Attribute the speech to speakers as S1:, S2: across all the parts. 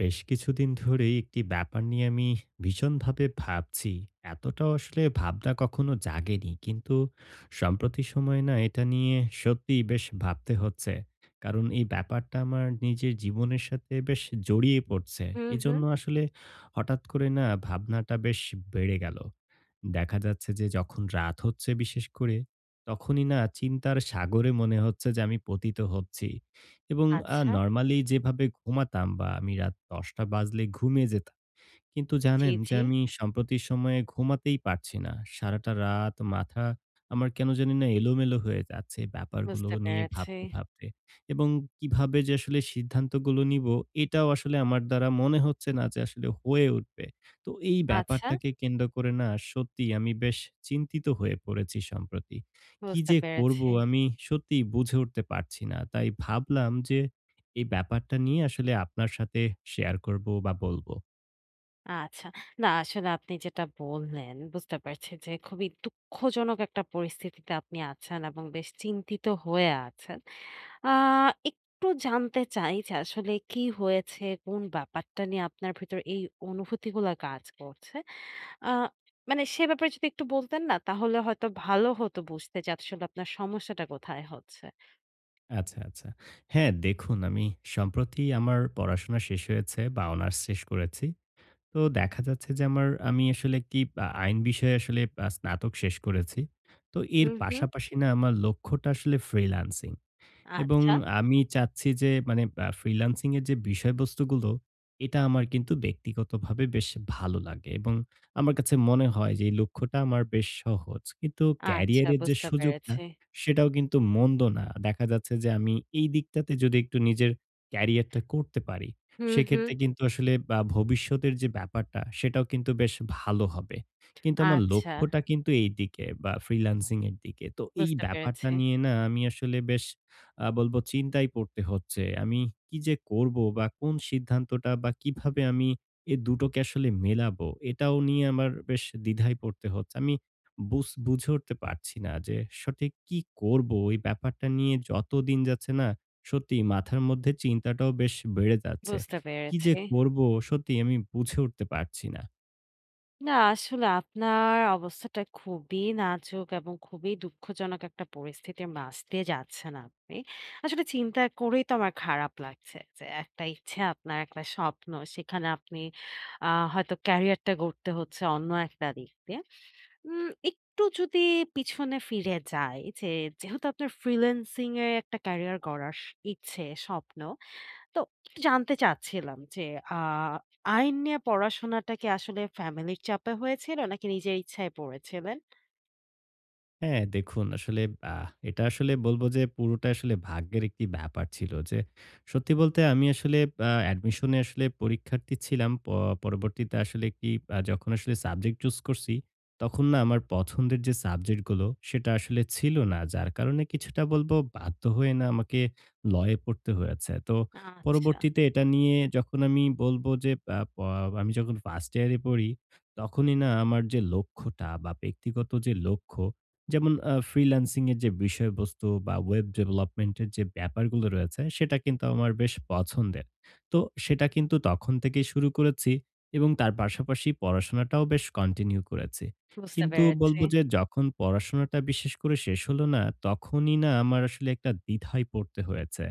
S1: বেশ কিছুদিন ধরেই একটি ব্যাপার নিয়ে আমি ভীষণভাবে ভাবছি। এতটাও আসলে ভাবনা কখনো জাগেনি। কিন্তু সম্প্রতি সময়ে না এটা নিয়ে সত্যিই বেশ ভাবতে হচ্ছে। কারণ এই ব্যাপারটা আমার নিজের জীবনের সাথে বেশ জড়িয়ে পড়ছে।
S2: হুম, হুম।
S1: এজন্য আসলে হঠাৎ করে না ভাবনাটা বেশ বেড়ে গেল। দেখা যাচ্ছে যে যখন রাত হচ্ছে বিশেষ করে তখনই না চিন্তার সাগরে মনে হচ্ছে যে আমি পতিত হচ্ছি, এবং
S2: আচ্ছা।
S1: নর্মালি যেভাবে ঘুমাতাম বা আমি রাত ১০টা বাজলে ঘুমিয়ে যেতাম। কিন্তু
S2: জি,
S1: জানেন যে
S2: জি।
S1: আমি সাম্প্রতি সময়ে ঘুমাতেই পারছি না। সারাটা রাত মাথা আমার কেন জানি না এলোমেলো হয়ে যাচ্ছে ব্যাপারগুলো
S2: বুঝতে
S1: নিয়ে
S2: পেরেছি।
S1: ভাবতে, ভাবতে। এবং কিভাবে যে আসলে সিদ্ধান্তগুলো নিবো, এটাও আসলে আমার দ্বারা মনে হচ্ছে না যে আসলে হয়ে উঠবে। তো এই
S2: আচ্ছা,
S1: ব্যাপারটাকে কেন্দ্র করে না সত্যিই আমি বেশ চিন্তিত হয়ে পড়েছি সম্প্রতি। কি
S2: বুঝতে
S1: যে করব
S2: পেরেছি।
S1: আমি সত্যিই বুঝে উঠতে পারছি না। তাই ভাবলাম যে এই ব্যাপারটা নিয়ে আসলে আপনার সাথে শেয়ার করব বা বলব।
S2: আচ্ছা। না আসলে আপনি যেটা বললেন বুঝতে পারছি যে খুবই দুঃখজনক একটা পরিস্থিতিতে আপনি আছেন এবং বেশ চিন্তিত হয়ে আছেন। আ একটু জানতে চাই যে আসলে কি হয়েছে? কোন ব্যাপারটা নিয়ে আপনার ভেতর এই অনুভূতিগুলা কাজ করছে? আ মানে সে ব্যাপারে যদি একটু বলতেন না তাহলে হয়তো ভালো হতো বুঝতে যে আসলে আপনার সমস্যাটা কোথায় হচ্ছে?
S1: আচ্ছা, আচ্ছা। হ্যাঁ, দেখুন আমি সম্প্রতি আমার পড়াশোনা শেষ হয়েছে বা অনার্স শেষ করেছি। তো দেখা যাচ্ছে যে আমি আসলে কি আইন বিষয়ে আসলে স্নাতক শেষ করেছি। তো এর
S2: হুম, হুম।
S1: পাশাপাশি না আমার লক্ষ্যটা আসলে ফ্রিল্যান্সিং। এবং
S2: আচ্ছা,
S1: আমি চাচ্ছি যে মানে ফ্রিল্যান্সিং এর যে বিষয়বস্তুগুলো, এটা আমার কিন্তু ব্যক্তিগতভাবে বেশ ভালো লাগে এবং আমার কাছে মনে হয় যে এই লক্ষ্যটা আমার বেশ সহজ। কিন্তু
S2: আচ্ছা
S1: ক্যারিয়ারের যে
S2: বুঝতে
S1: সুযোগটা,
S2: পেরেছি।
S1: সেটাও কিন্তু মন্দ না। দেখা যাচ্ছে যে আমি এই দিকটাতে যদি একটু নিজের ক্যারিয়ারটা করতে পারি,
S2: হুম, হুম।
S1: সেক্ষেত্রে কিন্তু আসলে ভবিষ্যতের যে ব্যাপারটা, সেটাও কিন্তু বেশ ভালো হবে। কিন্তু আমার
S2: আচ্ছা
S1: লক্ষ্যটা কিন্তু এইদিকে বা ফ্রিল্যান্সিং এর দিকে। তো এই
S2: বুঝতে
S1: ব্যাপারটা
S2: পেরেছি,
S1: নিয়ে না আমি আসলে বেশ, বলবো, চিন্তায় পড়তে হচ্ছে। আমি কি যে করবো বা কোন সিদ্ধান্তটা বা কিভাবে আমি এ দুটোকে আসলে মেলাবো? এটাও নিয়ে আমার বেশ দ্বিধায় পড়তে হচ্ছে। আমি বুঝে উঠতে পারছি না যে সঠিক কি করবো। এই ব্যাপারটা নিয়ে যত দিন যাচ্ছে না, সত্যিই মাথার মধ্যে চিন্তাটাও বেশ বেড়ে যাচ্ছে।
S2: বুঝতে
S1: কি
S2: পেরেছি।
S1: যে করবো? সত্যিই আমি বুঝে উঠতে পারছি না।
S2: না, আসলে আপনার অবস্থাটা খুবই নাজুক এবং খুবই দুঃখজনক একটা পরিস্থিতির মাঝ দিয়ে যাচ্ছেন আপনি। আসলে চিন্তা করেই তো আমার খারাপ লাগছে যে একটা ইচ্ছে আপনার একটা স্বপ্ন। সেখানে আপনি আ হয়তো ক্যারিয়ারটা গড়তে হচ্ছে অন্য একটা দিক দিয়ে। একটু যদি পিছনে ফিরে যাই যে যেহেতু আপনার ফ্রিল্যান্সিং এ একটা ক্যারিয়ার গড়ার ইচ্ছে, স্বপ্ন। তো একটু জানতে চাচ্ছিলাম যে আ আইন নিয়ে পড়াশোনাটা কি আসলে ফ্যামিলির চাপে হয়েছিল নাকি নিজের ইচ্ছায় পড়েছিলেন?
S1: হ্যাঁ, দেখুন আসলে এটা আসলে বলব যে পুরোটা আসলে ভাগ্যের একটি ব্যাপার ছিল, যে সত্যি বলতে আমি আসলে অ্যাডমিশনে আসলে পরীক্ষার্থী ছিলাম। পরবর্তীতে আসলে একটি আ যখন আসলে সাবজেক্ট চুজ করছি, তখন না আমার পছন্দের যে সাবজেক্ট গুলো সেটা আসলে ছিল না। যার কারণে কিছুটা বলব বাধ্য হয়ে না আমাকে লয়ে পড়তে হয়েছে। তো
S2: আচ্ছা,
S1: পরবর্তীতে এটা নিয়ে যখন আমি বলব যে আ প আমি যখন 1st ইয়ারে পড়ি, তখনই না আমার যে লক্ষ্যটা বা ব্যক্তিগত যে লক্ষ্য, যেমন ফ্রিল্যান্সিং এর যে বিষয়বস্তু বা ওয়েব ডেভেলপমেন্ট এর যে ব্যাপারগুলো রয়েছে, সেটা কিন্তু আমার বেশ পছন্দের। তো সেটা কিন্তু তখন থেকেই শুরু করেছি এবং তার পাশাপাশি পড়াশোনাটাও বেশ কন্টিনিউ করেছি।
S2: বুঝতে
S1: কিন্তু
S2: পেরেছি।
S1: বলব যে যখন পড়াশোনাটা বিশেষ করে শেষ হলো না, তখনই না আমার আসলে একটা দ্বিধায় পড়তে হয়েছে।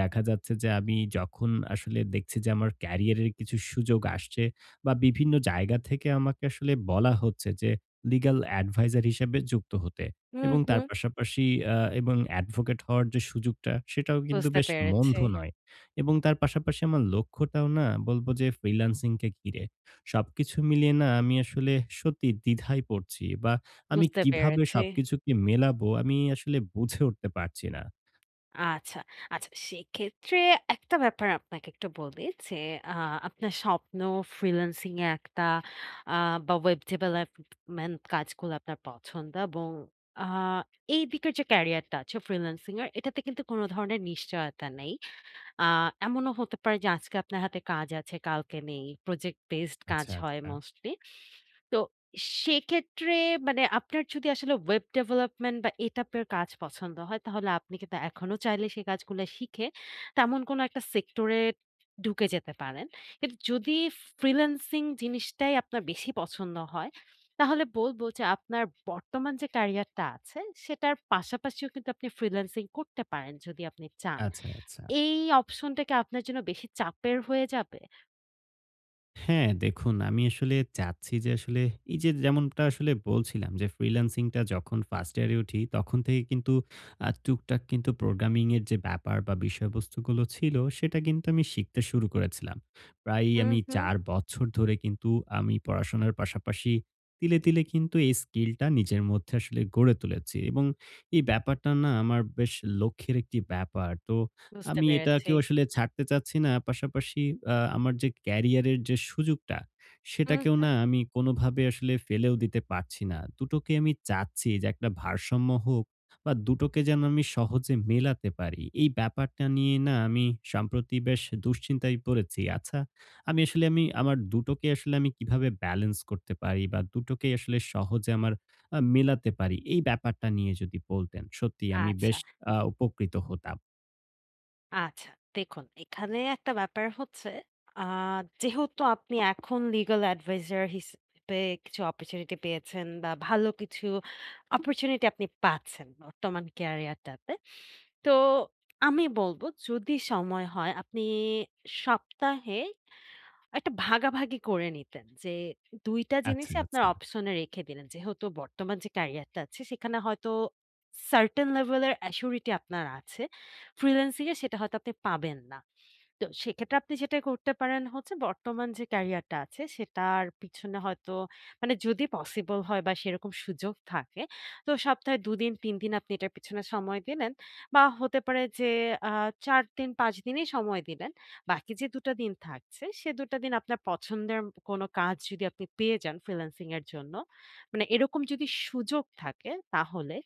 S1: দেখা যাচ্ছে যে আমি যখন আসলে দেখছি যে আমার ক্যারিয়ারের কিছু সুযোগ আসছে বা বিভিন্ন জায়গা থেকে আমাকে আসলে বলা হচ্ছে যে লিগ্যাল অ্যাডভাইজার হিসেবে যুক্ত হতে,
S2: হুম,
S1: এবং তার
S2: হুম।
S1: পাশাপাশি আ এবং অ্যাডভোকেট হওয়ার যে সুযোগটা, সেটাও কিন্তু
S2: বুঝতে
S1: বেশ
S2: পেরেছি,
S1: মন্দ নয়। এবং তার পাশাপাশি আমার লক্ষ্যটাও না বলব যে ফ্রিল্যান্সিংকে ঘিরে। সবকিছু মিলিয়ে না আমি আসলে সত্যি দ্বিধায় পড়ছি, বা আমি
S2: বুঝতে
S1: কিভাবে
S2: পেরেছি।
S1: সবকিছুকে মেলাবো আমি আসলে বুঝে উঠতে পারছি না।
S2: আচ্ছা, আচ্ছা সেক্ষেত্রে একটা ব্যাপার আপনাকে একটু বলি যে আ আপনার স্বপ্ন ফ্রিল্যান্সিং এ একটা আ বা ওয়েব ডেভেলপমেন্ট কাজগুলো আপনার পছন্দ এবং আ এই দিকের যে ক্যারিয়ারটা আছে ফ্রিল্যান্সিং এর এটাতে কিন্তু কোন ধরনের নিশ্চয়তা নেই। আ এমনও হতে পারে যে আজকে আপনার হাতে কাজ আছে, কালকে নেই। প্রজেক্ট বেসড কাজ
S1: আচ্ছা,
S2: হয়
S1: আচ্ছা।
S2: মোস্টলি। তো সেক্ষেত্রে মানে আপনার যদি আসলে ওয়েব ডেভেলপমেন্ট বা এটআপ এর কাজ পছন্দ হয়, তাহলে আপনি কিন্তু এখনো চাইলে সেই কাজগুলা শিখে তেমন কোনো একটা সেক্টরে ঢুকে যেতে পারেন। কিন্তু যদি ফ্রিল্যান্সিং জিনিসটাই আপনার বেশি পছন্দ হয়, তাহলে বলব যে আপনার বর্তমান যে ক্যারিয়ারটা আছে, সেটার পাশাপাশিও কিন্তু আপনি ফ্রিল্যান্সিং করতে পারেন যদি আপনি চান।
S1: আচ্ছা, আচ্ছা।
S2: এই অপশনটা কি আপনার জন্য বেশি চাপের হয়ে যাবে?
S1: হ্যাঁ, দেখুন আমি আসলে চাচ্ছি যে আসলে এই যে যেমনটা আসলে বলছিলাম, যে ফ্রিল্যান্সিং টা যখন 1st ইয়ারে উঠি তখন থেকে কিন্তু টুকটাক কিন্তু প্রোগ্রামিং এর যে ব্যাপার বা বিষয়বস্তুগুলো ছিল, সেটা কিন্তু আমি শিখতে শুরু করেছিলাম। প্রায়
S2: হুম,
S1: আমি
S2: হুম।
S1: ৪ বছর ধরে কিন্তু আমি পড়াশোনার পাশাপাশি তিলে, তিলে কিন্তু এই স্কিলটা নিজের মধ্যে আসলে গড়ে তুলেছি, এবং এই ব্যাপারটা না আমার বেশ লক্ষ্যের একটি ব্যাপার। তো
S2: বুঝতে
S1: আমি
S2: পেরেছি।
S1: এটাকেও আসলে ছাড়তে চাচ্ছি না। পাশাপাশি আমার যে ক্যারিয়ারের যে সুযোগটা,
S2: হুম,
S1: সেটাকেও
S2: হুম।
S1: না আমি কোনোভাবে আসলে ফেলেও দিতে পারছি না। দুটোকে আমি চাচ্ছি যে একটা ভারসাম্য হোক বা দুটোকে যেন আমি সহজে মেলাতে পারি। এই ব্যাপারটা নিয়ে না আমি সম্প্রতি বেশ দুশ্চিন্তায় পড়েছি। আচ্ছা, আমি আমার দুটোকে আসলে আমি কিভাবে ব্যালেন্স করতে পারি বা দুটোকে আসলে সহজে আমার মেলাতে পারি? এই ব্যাপারটা নিয়ে যদি বলতেন, সত্যিই আমি
S2: আচ্ছা,
S1: বেশ উপকৃত হতাম।
S2: আচ্ছা। দেখুন এখানে একটা ব্যাপার হচ্ছে আ যেহেতু আপনি এখন লিগ্যাল অ্যাডভাইজার হিসেবে কিছু অপরচুনিটি পেয়েছেন বা ভালো কিছু অপরচুনিটি আপনি পাচ্ছেন বর্তমান ক্যারিয়ারটাতে। তো আমি বলব যদি সময় হয় আপনি সপ্তাহে একটা ভাগাভাগি করে নিতেন যে ২ টা
S1: আচ্ছা,
S2: জিনিসই আপনার
S1: আচ্ছা।
S2: অপশনে রেখে দিলেন। যেহেতু বর্তমান যে ক্যারিয়ারটা আছে সেখানে হয়তো certain level এর অ্যাসিউরিটি আপনার আছে। ফ্রিল্যান্সিং এ সেটা হয়তো আপনি পাবেন না। তো সেক্ষেত্রে আপনি যেটা করতে পারেন হচ্ছে বর্তমান যে ক্যারিয়ারটা আছে সেটার পিছনে হয়তো মানে যদি পসিবল হয় বা সেরকম সুযোগ থাকে তো সপ্তাহে ২ দিন ৩ দিন আপনি এটার পিছনে সময় দিলেন বা হতে পারে যে আ ৪ দিন ৫ দিনই সময় দিলেন। বাকি যে ২ টা দিন থাকছে, সে ২ টা দিন আপনার পছন্দের কোনো কাজ যদি আপনি পেয়ে যান ফ্রিল্যান্সিং এর জন্য, মানে এরকম যদি সুযোগ থাকে তাহলে,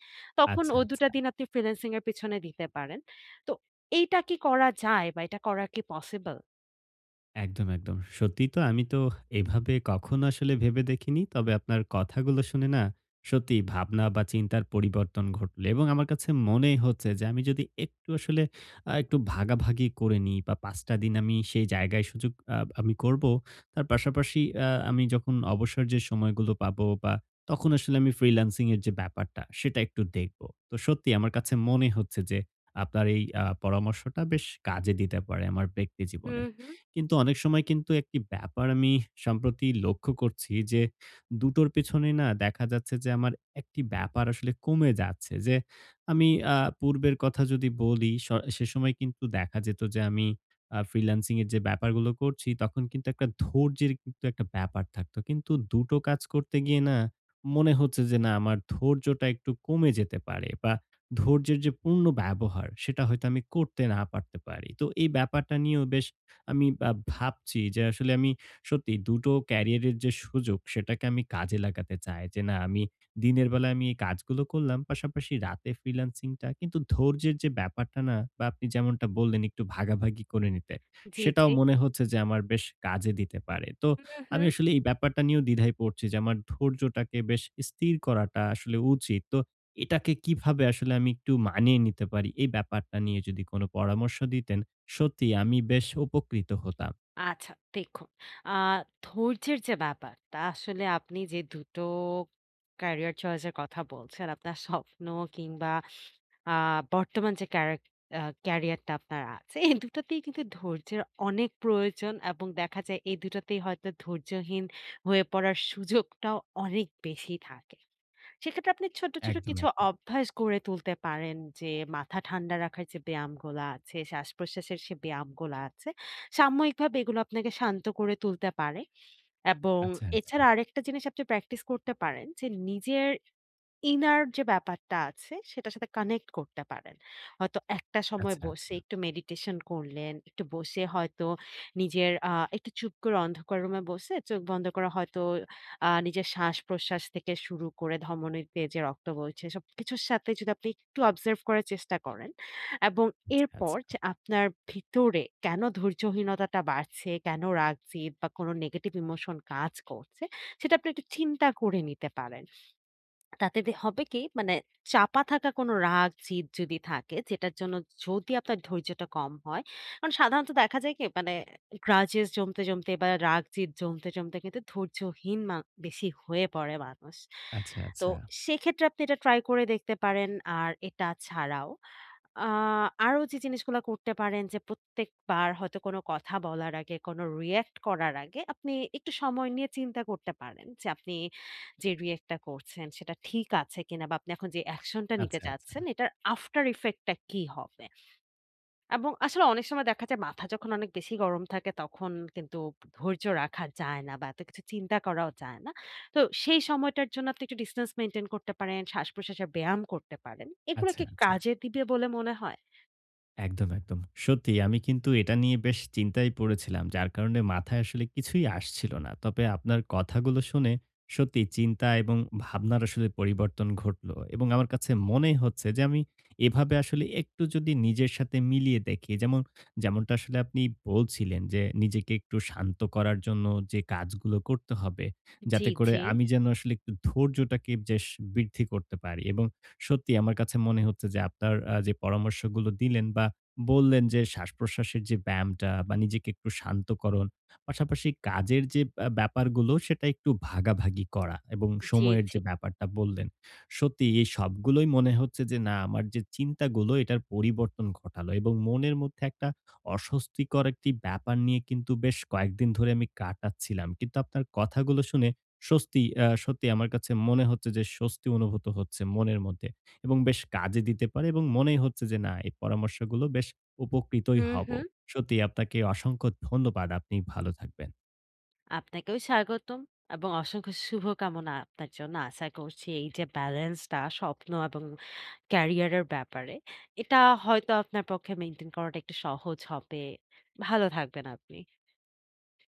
S2: তখন
S1: আচ্ছা,
S2: ওই ২
S1: আচ্ছা।
S2: টা দিন আপনি ফ্রিল্যান্সিং এর পেছনে দিতে পারেন। তো এইটা কি করা যায় বা এটা করা কি পসিবল?
S1: একদম, একদম। সত্যিই তো আমি তো এভাবে কখনো আসলে ভেবে দেখিনি। তবে আপনার কথাগুলো শুনে না সত্যিই ভাবনা বা চিন্তার পরিবর্তন ঘটল, এবং আমার কাছে মনেই হচ্ছে যে আমি যদি একটু আসলে একটু ভাগাভাগি করে নিই বা ৫ টা দিন আমি সেই জায়গায় সুযোগ আমি করব। তার পাশাপাশি আমি যখন অবসর যে সময়গুলো পাবো, বা তখন আসলে আমি ফ্রিল্যান্সিং এর যে ব্যাপারটা সেটা একটু দেখব। তো সত্যি আমার কাছে মনে হচ্ছে যে আপনার এই পরামর্শটা বেশ কাজে দিতে পারে আমার ব্যক্তি জীবনে।
S2: হুম, হুম।
S1: কিন্তু অনেক সময় কিন্তু একটি ব্যাপার আমি সম্প্রতি লক্ষ্য করছি যে, দুটোর পেছনে না দেখা যাচ্ছে যে আমার একটি ব্যাপার আসলে কমে যাচ্ছে। যে আমি পূর্বের কথা যদি বলি, সেসময় কিন্তু দেখা যেত যে আমি ফ্রিল্যান্সিং এর যে ব্যাপারগুলো করছি তখন কিন্তু একটা ধৈর্যের কিন্তু একটা ব্যাপার থাকতো। কিন্তু দুটো কাজ করতে গিয়ে না মনে হচ্ছে যে না আমার ধৈর্যটা একটু কমে যেতে পারে, বা ধৈর্যের যে পূর্ণ ব্যবহার সেটা হয়তো আমি করতে না পারতে পারি। তো এই ব্যাপারটা নিয়েও বেশ আমি ভাবছি যে আসলে আমি সত্যি ২ টো ক্যারিয়ারের যে সুযোগ সেটাকে আমি কাজে লাগাতে চাই। যে না আমি দিনের বেলায় আমি এই কাজগুলো করলাম। পাশাপাশি রাতে ফ্রিল্যান্সিংটা কিন্তু ধৈর্যের যে ব্যাপারটা না, বা আপনি যেমনটা বললেন একটু ভাগাভাগি করে নিতে,
S2: জি,
S1: সেটাও
S2: জি।
S1: মনে হচ্ছে যে আমার বেশ কাজে দিতে পারে। তো
S2: হুম,
S1: আমি
S2: হুম।
S1: আসলে এই ব্যাপারটা নিয়েও দ্বিধায় পড়ছি যে আমার ধৈর্যটাকে বেশ স্থির করাটা আসলে উচিত। তো এটাকে কিভাবে আসলে আমি একটু মানিয়ে নিতে পারি, এই ব্যাপারটা নিয়ে যদি কোন পরামর্শ দিতেন, সত্যি আমি বেশ উপকৃত হতাম।
S2: আচ্ছা দেখুন, আ ধৈর্যের যে ব্যাপারটা আসলে আপনি যে ২ টো ক্যারিয়ার চয়েস এর কথা বলছেন, আপনার স্বপ্ন কিংবা আ বর্তমান যে আ ক্যারিয়ারটা আপনার আছে, এই দুটাতেই কিন্তু ধৈর্যের অনেক প্রয়োজন এবং দেখা যায় এই দুটাতেই হয়তো ধৈর্যহীন হয়ে পড়ার সুযোগটাও অনেক বেশি থাকে। সেক্ষেত্রে আপনি ছোট, ছোট
S1: একদম,
S2: কিছু
S1: একদম।
S2: অভ্যাস গড়ে তুলতে পারেন যে মাথা ঠান্ডা রাখার যে ব্যায়ামগুলা আছে, শ্বাস-প্রশ্বাসের সে ব্যায়ামগুলা আছে, সাময়িকভাবে এগুলো আপনাকে শান্ত করে তুলতে পারে এবং
S1: আচ্ছা, আচ্ছা,
S2: এছাড়া আরেকটা জিনিস আপনি প্র্যাকটিস করতে পারেন যে নিজের ইনার যে ব্যাপারটা আছে সেটার সাথে কানেক্ট করতে পারেন। হয়তো একটা সময়
S1: আচ্ছা,
S2: বসে
S1: আচ্ছা,
S2: একটু মেডিটেশন করলেন, একটু বসে হয়তো নিজের একটু চুপ করে অন্ধকার রুমে বসে চোখ বন্ধ করে হয়তো নিজের শ্বাস-প্রশ্বাস থেকে শুরু করে ধমনীতে যে রক্ত বইছে সবকিছুর সাথে যদি আপনি একটু অবজার্ভ করার চেষ্টা করেন এবং এরপর
S1: আচ্ছা,
S2: যে আপনার ভিতরে কেন ধৈর্যহীনতাটা বাড়ছে, কেন রাগ, জেদ বা কোনো নেগেটিভ ইমোশন কাজ করছে সেটা আপনি একটু চিন্তা করে নিতে পারেন। তাতে হবে কি মানে চাপা থাকা কোনো রাগ, জিদ যদি থাকে যেটার জন্য যদি আপনার ধৈর্যটা কম হয়। কারণ সাধারণত দেখা যায় কি মানে গ্রাজেস জমতে, জমতে বা রাগ, জিদ জমতে, জমতে কিন্তু ধৈর্যহীন বেশি হয়ে পড়ে মানুষ।
S1: আচ্ছা,
S2: তো
S1: আচ্ছা, আচ্ছা,
S2: সেক্ষেত্রে আপনি এটা ট্রাই করে দেখতে পারেন। আর এটা ছাড়াও আ আরো যে জিনিসগুলা করতে পারেন যে প্রত্যেকবার হয়তো কোনো কথা বলার আগে, কোনো রিঅ্যাক্ট করার আগে আপনি একটু সময় নিয়ে চিন্তা করতে পারেন যে আপনি যে react টা করছেন সেটা ঠিক আছে কিনা বা আপনি এখন যে অ্যাকশন টা নিতে
S1: আচ্ছা, আচ্ছা।
S2: চাচ্ছেন এটার আফটার ইফেক্ট টা কি হবে? এবং আসলে অনেক সময় দেখা যায় মাথা যখন অনেক বেশি গরম থাকে তখন কিন্তু ধৈর্য রাখা যায় না বা এত কিছু চিন্তা করাও যায় না। তো সেই সময়টার জন্য আপনি একটু ডিসট্যান্স মেইনটেইন করতে পারেন, শ্বাস-প্রশ্বাসের ব্যায়াম করতে পারেন। এগুলো
S1: আচ্ছা,
S2: কি
S1: আচ্ছা।
S2: কাজে দিবে বলে মনে হয়?
S1: একদম, একদম। সত্যি আমি কিন্তু এটা নিয়ে বেশ চিন্তায় পড়েছিলাম। যার কারণে মাথায় আসলে কিছুই আসছিল না। তবে আপনার কথাগুলো শুনে সত্যি চিন্তা এবং ভাবনার আসলে পরিবর্তন ঘটলো, এবং আমার কাছে মনে হচ্ছে যে আমি এভাবে আসলে একটু যদি নিজের সাথে মিলিয়ে দেখি, যেমন যেমনটা আসলে আপনি বলছিলেন যে নিজেকে একটু শান্ত করার জন্য যে কাজগুলো করতে হবে।
S2: জি,
S1: যাতে করে
S2: জি,
S1: আমি যেন আসলে একটু ধৈর্যটাকে বেশ বৃদ্ধি করতে পারি, এবং সত্যি আমার কাছে মনে হচ্ছে যে আপনার যে পরামর্শগুলো দিলেন বা বললেন, যে শ্বাস-প্রশ্বাসের যে ব্যায়ামটা বা নিজেকে একটু শান্তকরণ, পাশাপাশি কাজের যে ব্যাপারগুলো সেটা একটু ভাগাভাগি করা এবং
S2: জি,
S1: সময়ের
S2: জি।
S1: যে ব্যাপারটা বললেন, সত্যি এই সবগুলোই মনে হচ্ছে যে না আমার যে চিন্তাগুলো এটার পরিবর্তন ঘটালো, এবং মনের মধ্যে একটা অস্বস্তিকর একটি ব্যাপার নিয়ে কিন্তু বেশ কয়েকদিন ধরে আমি কাটাচ্ছিলাম। কিন্তু আপনার কথাগুলো শুনে স্বস্তি আ সত্যি আমার কাছে মনে হচ্ছে যে স্বস্তি অনুভূত হচ্ছে মনের মধ্যে, এবং বেশ কাজে দিতে পারে, এবং মনেই হচ্ছে যে না এই পরামর্শগুলো বেশ উপকৃতই
S2: হুম,
S1: হব।
S2: হুম।
S1: সত্যি আপনাকে অসংখ্য ধন্যবাদ। আপনি ভালো থাকবেন।
S2: আপনাকেও স্বাগতম এবং অসংখ্য শুভকামনা আপনার জন্য। আশা করছি এই যে ব্যালেন্সটা স্বপ্ন এবং ক্যারিয়ার এর ব্যাপারে। এটা হয়তো আপনার পক্ষে মেইনটেইন করাটা একটু সহজ হবে। ভালো থাকবেন আপনি।